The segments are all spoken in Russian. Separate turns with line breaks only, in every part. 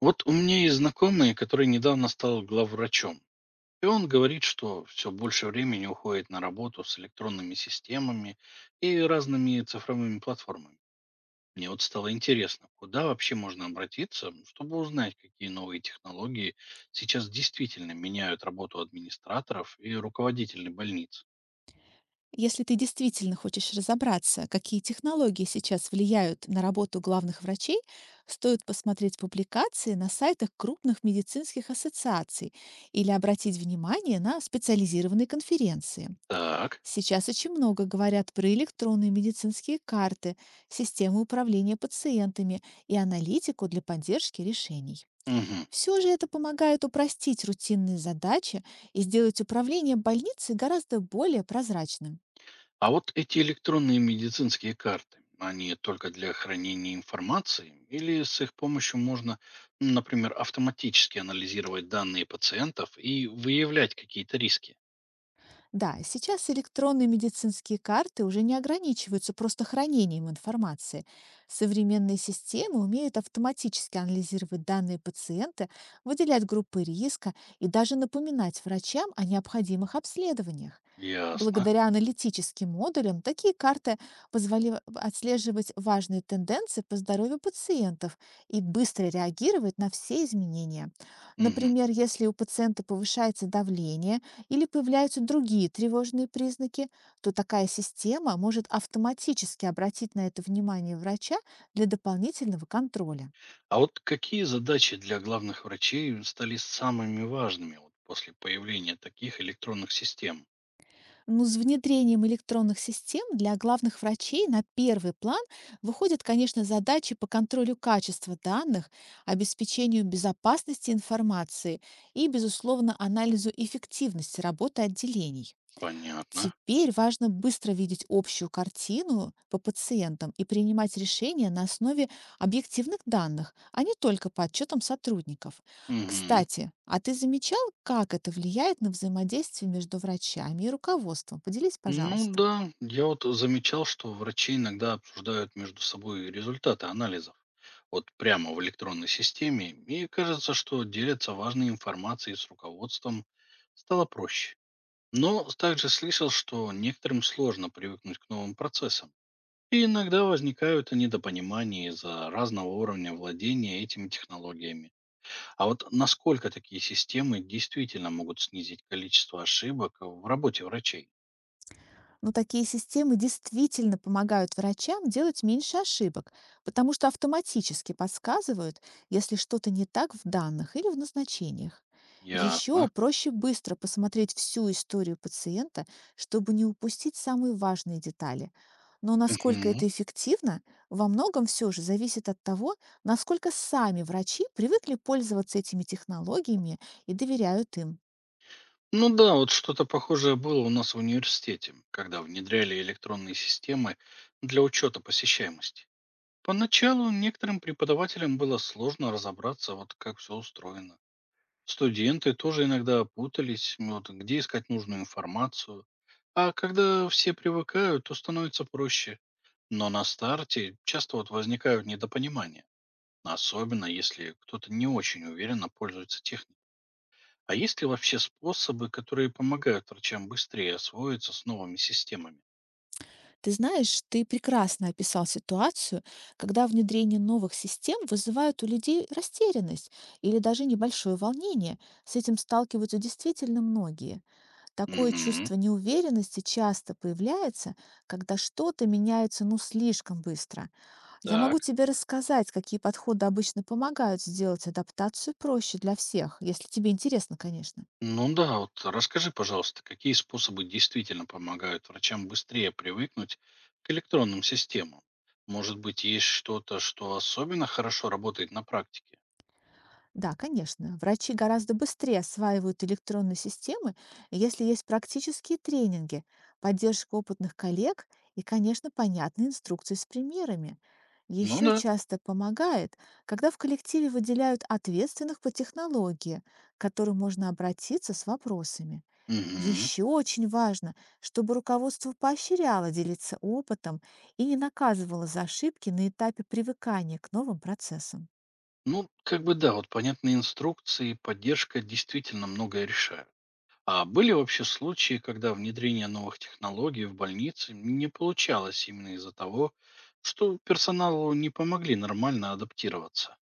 Вот у меня есть знакомый, который недавно стал главврачом. И он говорит, что все больше времени уходит на работу с электронными системами и разными цифровыми платформами. Мне вот стало интересно, куда вообще можно обратиться, чтобы узнать, какие новые технологии сейчас действительно меняют работу администраторов и руководителей больниц.
Если ты действительно хочешь разобраться, какие технологии сейчас влияют на работу главных врачей, стоит посмотреть публикации на сайтах крупных медицинских ассоциаций или обратить внимание на специализированные конференции.
Так.
Сейчас очень много говорят про электронные медицинские карты, системы управления пациентами и аналитику для поддержки решений.
Мгм.
Все же это помогает упростить рутинные задачи и сделать управление больницей гораздо более прозрачным.
А вот эти электронные медицинские карты, они только для хранения информации или с их помощью можно, например, автоматически анализировать данные пациентов и выявлять какие-то риски?
Да, сейчас электронные медицинские карты уже не ограничиваются просто хранением информации. Современные системы умеют автоматически анализировать данные пациента, выделять группы риска и даже напоминать врачам о необходимых обследованиях.
Ясно.
Благодаря аналитическим модулям такие карты позволяли отслеживать важные тенденции по здоровью пациентов и быстро реагировать на все изменения.
Мгм.
Например, если у пациента повышается давление или появляются другие тревожные признаки, то такая система может автоматически обратить на это внимание врача для дополнительного контроля.
А вот какие задачи для главных врачей стали самыми важными вот после появления таких электронных систем?
Но с внедрением электронных систем для главных врачей на первый план выходят, конечно, задачи по контролю качества данных, обеспечению безопасности информации и, безусловно, анализу эффективности работы отделений.
Понятно.
Теперь важно быстро видеть общую картину по пациентам и принимать решения на основе объективных данных, а не только по отчетам сотрудников.
Мгм.
Кстати, а ты замечал, как это влияет на взаимодействие между врачами и руководством? Поделись,
Ну
пожалуйста.
да, я вот замечал, что врачи иногда обсуждают между собой результаты анализов. Вот прямо в электронной системе. И кажется, что делятся важной информацией с руководством. Стало проще. Но также слышал, что некоторым сложно привыкнуть к новым процессам. И иногда возникают недопонимания из-за разного уровня владения этими технологиями. А вот насколько такие системы действительно могут снизить количество ошибок в работе врачей?
Но такие системы действительно помогают врачам делать меньше ошибок, потому что автоматически подсказывают, если что-то не так в данных или в назначениях.
Ясно.
Еще проще быстро посмотреть всю историю пациента, чтобы не упустить самые важные детали. Но насколько
Мгм.
это эффективно, во многом все же зависит от того, насколько сами врачи привыкли пользоваться этими технологиями и доверяют им.
Ну да, вот что-то похожее было у нас в университете, когда внедряли электронные системы для учета посещаемости. Поначалу некоторым преподавателям было сложно разобраться, вот как все устроено. Студенты тоже иногда путались, вот, где искать нужную информацию. А когда все привыкают, то становится проще. Но на старте часто вот возникают недопонимания, особенно если кто-то не очень уверенно пользуется техникой. А есть ли вообще способы, которые помогают врачам быстрее освоиться с новыми системами?
Ты знаешь, ты прекрасно описал ситуацию, когда внедрение новых систем вызывает у людей растерянность или даже небольшое волнение. С этим сталкиваются действительно многие. Такое
Мгм.
чувство неуверенности часто появляется, когда что-то меняется ну слишком быстро. Я
Так.
могу тебе рассказать, какие подходы обычно помогают сделать адаптацию проще для всех, если тебе интересно, конечно.
Ну да, вот расскажи, пожалуйста, какие способы действительно помогают врачам быстрее привыкнуть к электронным системам? Может быть, есть что-то, что особенно хорошо работает на практике?
Да, конечно. Врачи гораздо быстрее осваивают электронные системы, если есть практические тренинги, поддержка опытных коллег и, конечно, понятные инструкции с примерами.
Ну
Еще
да.
часто помогает, когда в коллективе выделяют ответственных по технологии, к которым можно обратиться с вопросами.
Мгм.
Еще очень важно, чтобы руководство поощряло делиться опытом и не наказывало за ошибки на этапе привыкания к новым процессам.
Ну, как бы да, вот понятные инструкции и поддержка действительно многое решают. А были вообще случаи, когда внедрение новых технологий в больнице не получалось именно из-за того, что персоналу не помогли нормально адаптироваться?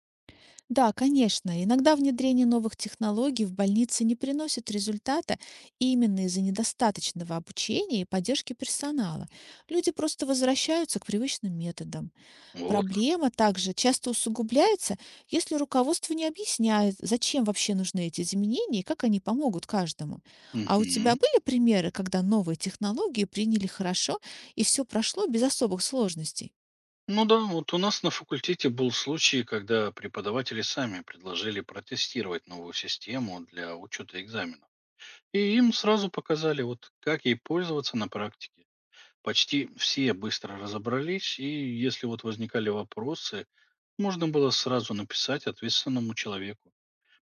Да, конечно, иногда внедрение новых технологий в больнице не приносит результата именно из-за недостаточного обучения и поддержки персонала. Люди просто возвращаются к привычным методам.
Вот как.
Проблема также часто усугубляется, если руководство не объясняет, зачем вообще нужны эти изменения и как они помогут каждому. А у тебя
Мгм.
были примеры, когда новые технологии приняли хорошо и все прошло без особых сложностей?
Ну да, вот у нас на факультете был случай, когда преподаватели сами предложили протестировать новую систему для учета экзаменов. И им сразу показали, вот как ей пользоваться на практике. Почти все быстро разобрались, и если вот возникали вопросы, можно было сразу написать ответственному человеку.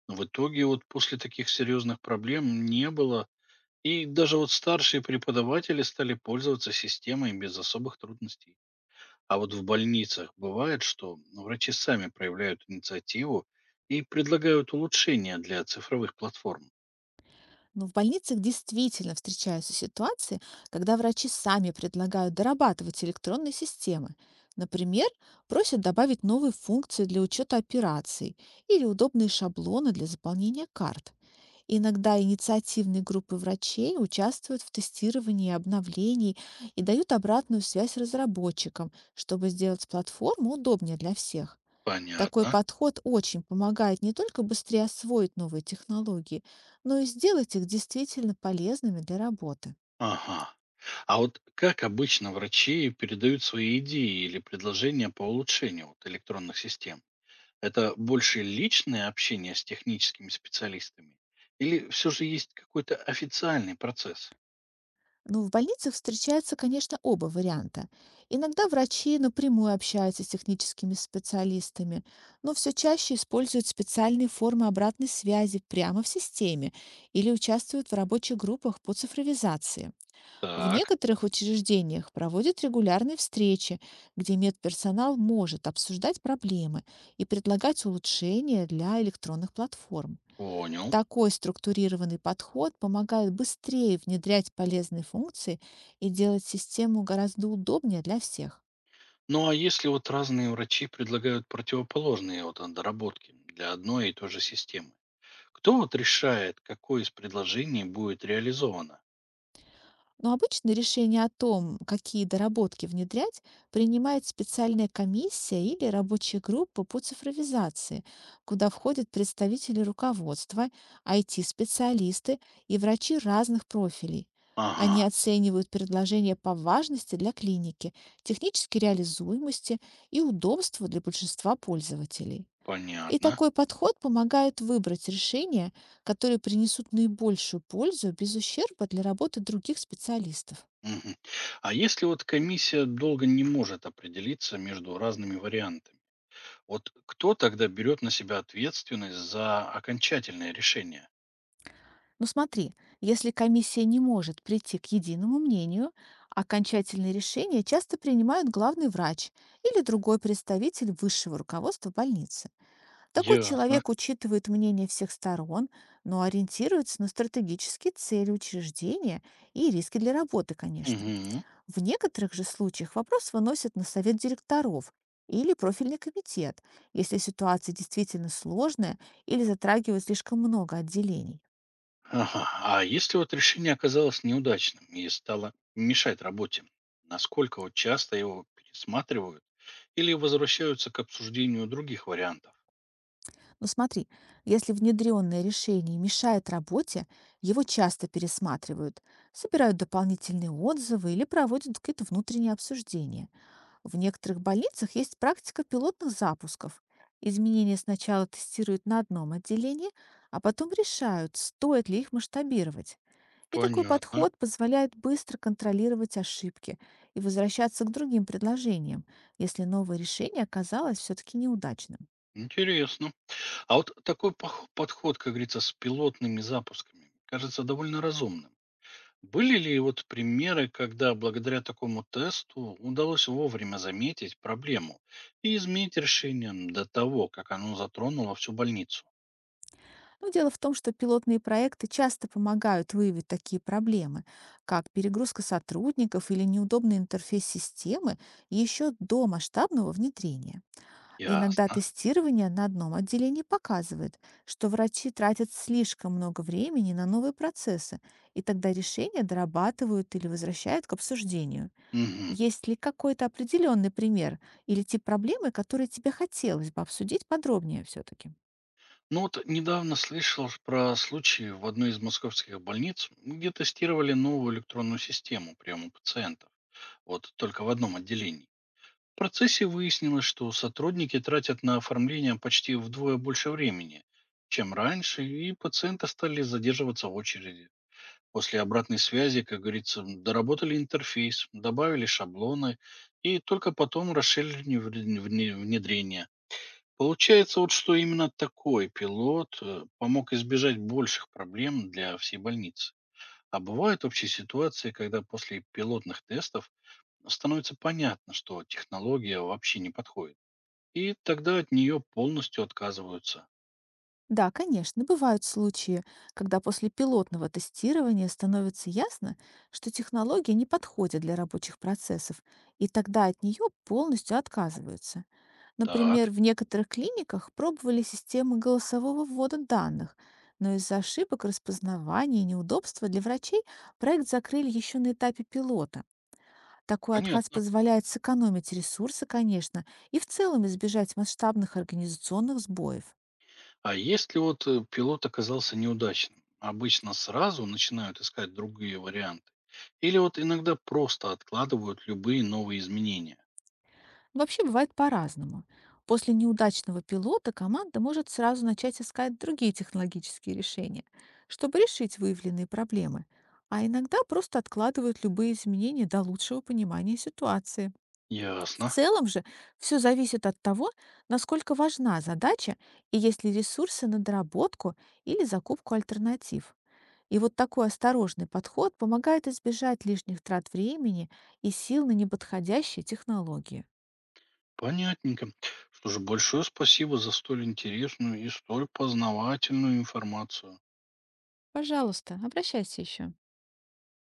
Но в итоге вот после таких серьезных проблем не было. И даже вот старшие преподаватели стали пользоваться системой без особых трудностей. А вот в больницах бывает, что врачи сами проявляют инициативу и предлагают улучшения для цифровых платформ.
Но в больницах действительно встречаются ситуации, когда врачи сами предлагают дорабатывать электронные системы. Например, просят добавить новые функции для учета операций или удобные шаблоны для заполнения карт. Иногда инициативные группы врачей участвуют в тестировании обновлений и дают обратную связь разработчикам, чтобы сделать платформу удобнее для всех. Такой
Понятно.
подход очень помогает не только быстрее освоить новые технологии, но и сделать их действительно полезными для работы.
Ага. А вот как обычно врачи передают свои идеи или предложения по улучшению вот электронных систем? Это больше личное общение с техническими специалистами? Или все же есть какой-то официальный процесс?
Но в больницах встречаются, конечно, оба варианта. Иногда врачи напрямую общаются с техническими специалистами, но все чаще используют специальные формы обратной связи прямо в системе или участвуют в рабочих группах по цифровизации. В
Так,
некоторых учреждениях проводят регулярные встречи, где медперсонал может обсуждать проблемы и предлагать улучшения для электронных платформ.
понял.
Такой структурированный подход помогает быстрее внедрять полезные функции и делать систему гораздо удобнее для всех.
Ну а если вот разные врачи предлагают противоположные вот доработки для одной и той же системы, кто вот решает, какое из предложений будет реализовано?
Но обычно решение о том, какие доработки внедрять, принимает специальная комиссия или рабочая группа по цифровизации, куда входят представители руководства, IT-специалисты и врачи разных профилей.
Ага,
Они оценивают предложения по важности для клиники, технической реализуемости и удобству для большинства пользователей. И
понятно.
такой подход помогает выбрать решения, которые принесут наибольшую пользу без ущерба для работы других специалистов.
Мгм. А если вот комиссия долго не может определиться между разными вариантами, вот кто тогда берет на себя ответственность за окончательное решение?
Но смотри, если комиссия не может прийти к единому мнению, окончательные решения часто принимают главный врач или другой представитель высшего руководства больницы. Такой
Ясно.
человек учитывает мнение всех сторон, но ориентируется на стратегические цели учреждения и риски для работы, конечно.
Мгм.
В некоторых же случаях вопрос выносят на совет директоров или профильный комитет, если ситуация действительно сложная или затрагивает слишком много отделений.
Ага. А если вот решение оказалось неудачным и стало мешать работе, насколько вот часто его пересматривают или возвращаются к обсуждению других вариантов?
Но смотри, если внедренное решение мешает работе, его часто пересматривают, собирают дополнительные отзывы или проводят какие-то внутренние обсуждения. В некоторых больницах есть практика пилотных запусков. Изменения сначала тестируют на одном отделении, а потом решают, стоит ли их масштабировать. И такой
Понятно.
подход позволяет быстро контролировать ошибки и возвращаться к другим предложениям, если новое решение оказалось все-таки неудачным.
Интересно. А вот такой подход, как говорится, с пилотными запусками, кажется довольно разумным. Были ли вот примеры, когда благодаря такому тесту удалось вовремя заметить проблему и изменить решение до того, как оно затронуло всю больницу?
Но дело в том, что пилотные проекты часто помогают выявить такие проблемы, как перегрузка сотрудников или неудобный интерфейс системы еще до масштабного внедрения. Иногда
Ясно.
тестирование на одном отделении показывает, что врачи тратят слишком много времени на новые процессы, и тогда решения дорабатывают или возвращают к обсуждению.
Мгм.
Есть ли какой-то определенный пример или тип проблемы, который тебе хотелось бы обсудить подробнее все-таки?
Ну вот недавно слышал ж про случаи в одной из московских больниц, где тестировали новую электронную систему приема пациентов. Вот только в одном отделении. В процессе выяснилось, что сотрудники тратят на оформление почти вдвое больше времени, чем раньше, и пациенты стали задерживаться в очереди. После обратной связи, как говорится, доработали интерфейс, добавили шаблоны и только потом расширили внедрение. Получается вот, что именно такой пилот помог избежать больших проблем для всей больницы. А бывают вообще ситуации, когда после пилотных тестов становится понятно, что технология вообще не подходит. И тогда от нее полностью отказываются.
Да, конечно, бывают случаи, когда после пилотного тестирования становится ясно, что технология не подходит для рабочих процессов, и тогда от нее полностью отказываются. Например,
Так,
в некоторых клиниках пробовали системы голосового ввода данных, но из-за ошибок распознавания и неудобства для врачей проект закрыли еще на этапе пилота. Такой отказ
понятно.
позволяет сэкономить ресурсы, конечно, и в целом избежать масштабных организационных сбоев.
А если вот пилот оказался неудачным, обычно сразу начинают искать другие варианты. Или вот иногда просто откладывают любые новые изменения.
Вообще бывает по-разному. После неудачного пилота команда может сразу начать искать другие технологические решения, чтобы решить выявленные проблемы, а иногда просто откладывают любые изменения до лучшего понимания ситуации. В
Ясно.
целом же все зависит от того, насколько важна задача и есть ли ресурсы на доработку или закупку альтернатив. И вот такой осторожный подход помогает избежать лишних трат времени и сил на неподходящие технологии.
Понятненько. Что же, большое спасибо за столь интересную и столь познавательную информацию.
Пожалуйста, обращайся еще.